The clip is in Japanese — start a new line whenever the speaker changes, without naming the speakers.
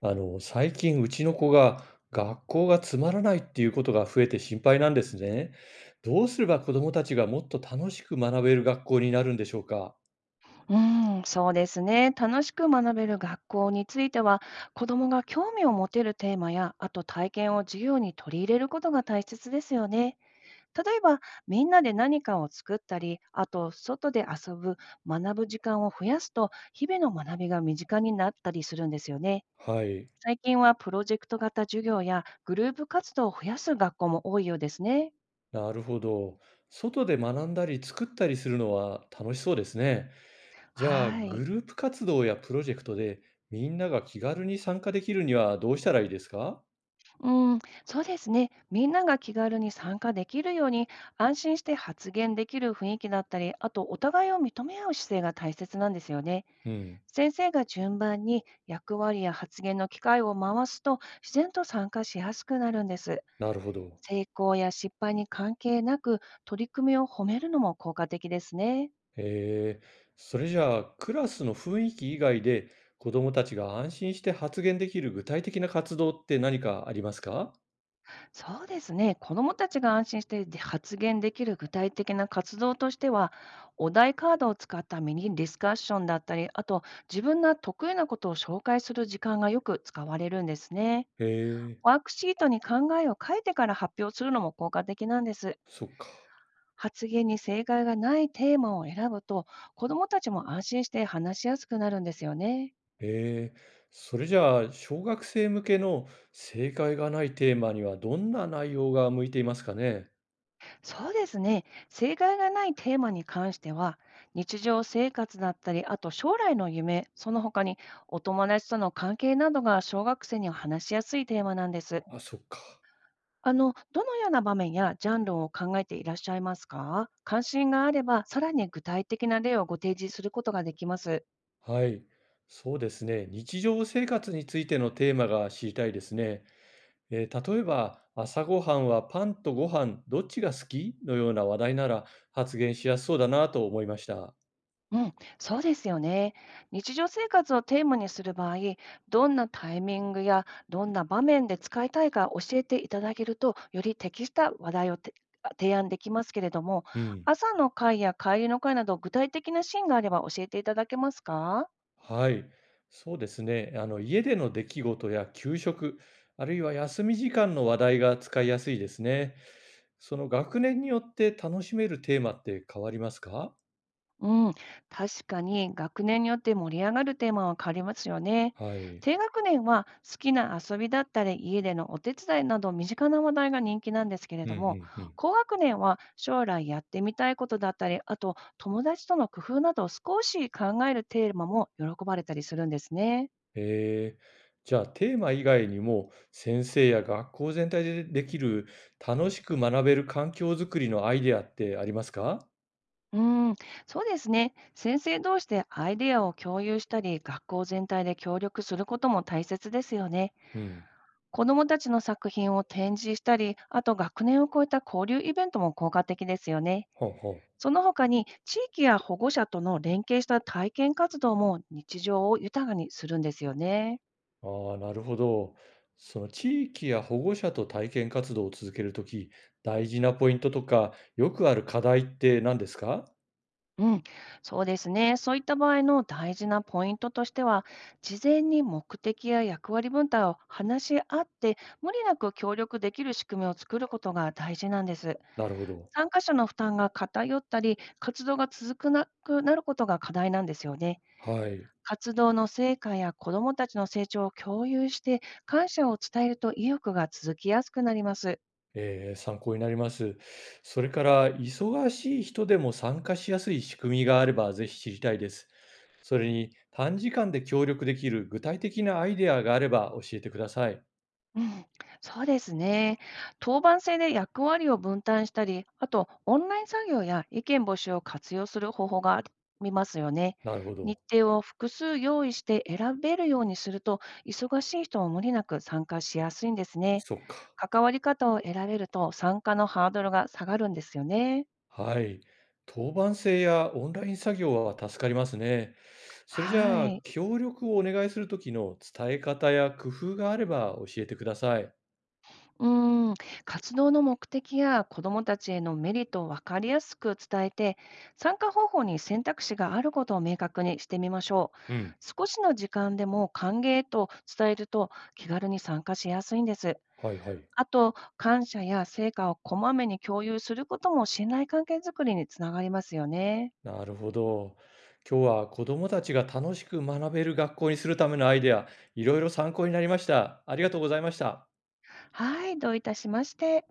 最近うちの子が学校がつまらないっていうことが増えて心配なんですね。どうすれば子どもたちがもっと楽しく学べる学校になるんでしょうか？
うん、そうですね。楽しく学べる学校については、子どもが興味を持てるテーマや、あと体験を授業に取り入れることが大切ですよね。例えば、みんなで何かを作ったり、あと外で遊ぶ、学ぶ時間を増やすと、日々の学びが身近になったりするんですよね。
はい、
最近はプロジェクト型授業やグループ活動を増やす学校も多いようですね。
なるほど。外で学んだり作ったりするのは楽しそうですね。じゃあ、
は
グ
い。
ループ活動やプロジェクトでみんなが気軽に参加できるにはどうしたらいいですか？
うん、そうですね。みんなが気軽に参加できるように、安心して発言できる雰囲気だったり、あとお互いを認め合う姿勢が大切なんですよね。
うん、
先生が順番に役割や発言の機会を回すと、自然と参加しやすくなるんです。
なるほど。
成功や失敗に関係なく、取り組みを褒めるのも効果的ですね。
へえ、それじゃあ、クラスの雰囲気以外で子どもたちが安心して発言できる具体的な活動って何かありますか？
そうですね。子どもたちが安心してで発言できる具体的な活動としては、お題カードを使ったミニディスカッションだったり、あと自分が得意なことを紹介する時間がよく使われるんですね。
へえ、
ワークシートに考えを書いてから発表するのも効果的なんです。
そっか。
発言に正解がないテーマを選ぶと、子どもたちも安心して話しやすくなるんですよね。
へえ、それじゃあ、小学生向けの正解がないテーマにはどんな内容が向いていますかね？
そうですね。正解がないテーマに関しては、日常生活だったり、あと将来の夢、その他にお友達との関係などが小学生には話しやすいテーマなんです。
あ、そっか。
あの、どのような場面やジャンルを考えていらっしゃいますか？関心があれば、さらに具体的な例をご提示することができます。
はい。そうですね。日常生活についてのテーマが知りたいですね。例えば、朝ごはんはパンとご飯どっちが好きのような話題なら発言しやすそうだなと思いました。
うん、そうですよね。日常生活をテーマにする場合、どんなタイミングやどんな場面で使いたいか教えていただけると、より適した話題を提案できますけれども、
うん。
朝の会や帰りの会など具体的なシーンがあれば教えていただけますか？
はい、そうですね。あの、家での出来事や給食、あるいは休み時間の話題が使いやすいですね。その学年によって楽しめるテーマって変わりますか？
うん、確かに学年によって盛り上がるテーマは変わりますよね。
はい。
低学年は好きな遊びだったり家でのお手伝いなど身近な話題が人気なんですけれ
うん
ど
う
も、
んうん。
高学年は将来やってみたいことだったり、あと友達との工夫などを少し考えるテーマも喜ばれたりするんですね。
へえ。じゃあ、テーマ以外にも、先生や学校全体でできる、楽しく学べる環境づくりのアイデアってありますか？
うん、そうですね。先生同士でアイデアを共有したり、学校全体で協力することも大切ですよね。
うん。
子どもたちの作品を展示したり、あと学年を超えた交流イベントも効果的ですよね。
ほうほう。
その他に地域や保護者との連携した体験活動も日常を豊かにするんですよね。
ああ、なるほど。その地域や保護者と体験活動を続けるとき、大事なポイントとか、よくある課題って何ですか？
うん、そうですね。そういった場合の大事なポイントとしては、事前に目的や役割分担を話し合って、無理なく協力できる仕組みを作ることが大事なんです。
なるほど。
参加者の負担が偏ったり、活動が続くなくなることが課題なんですよね。
はい。
活動の成果や子どもたちの成長を共有して、感謝を伝えると意欲が続きやすくなります。
参考になります。それから、忙しい人でも参加しやすい仕組みがあれば、ぜひ知りたいです。それに、短時間で協力できる具体的なアイデアがあれば教えてください。
うん、そうですね。当番制で役割を分担したり、あとオンライン作業や意見募集を活用する方法がありますよね。
なるほ
日
ど。
程を複数用意して選べるようにすると、忙しい人も無理なく参加しやすいんですね。
そっか。
関わり方を選べると参加のハードルが下がるんですよね。
はい。当番制やオンライン作業は助かりますね。それじ
は
ゃあ、
い。
協力をお願いするときの伝え方や工夫があれば教えてください。
うーん、活動の目的や子どもたちへのメリットを分かりやすく伝えて、参加方法に選択肢があることを明確にしてみましょう。
うん。
少しの時間でも歓迎と伝えると気軽に参加しやすいんです。
はいはい。
あと、感謝や成果をこまめに共有することも信頼関係づくりにつながりますよね。
なるほど。今日は子どもたちが楽しく学べる学校にするためのアイデア、いろいろ参考になりました。ありがとうございました。
はい、どういたしまして。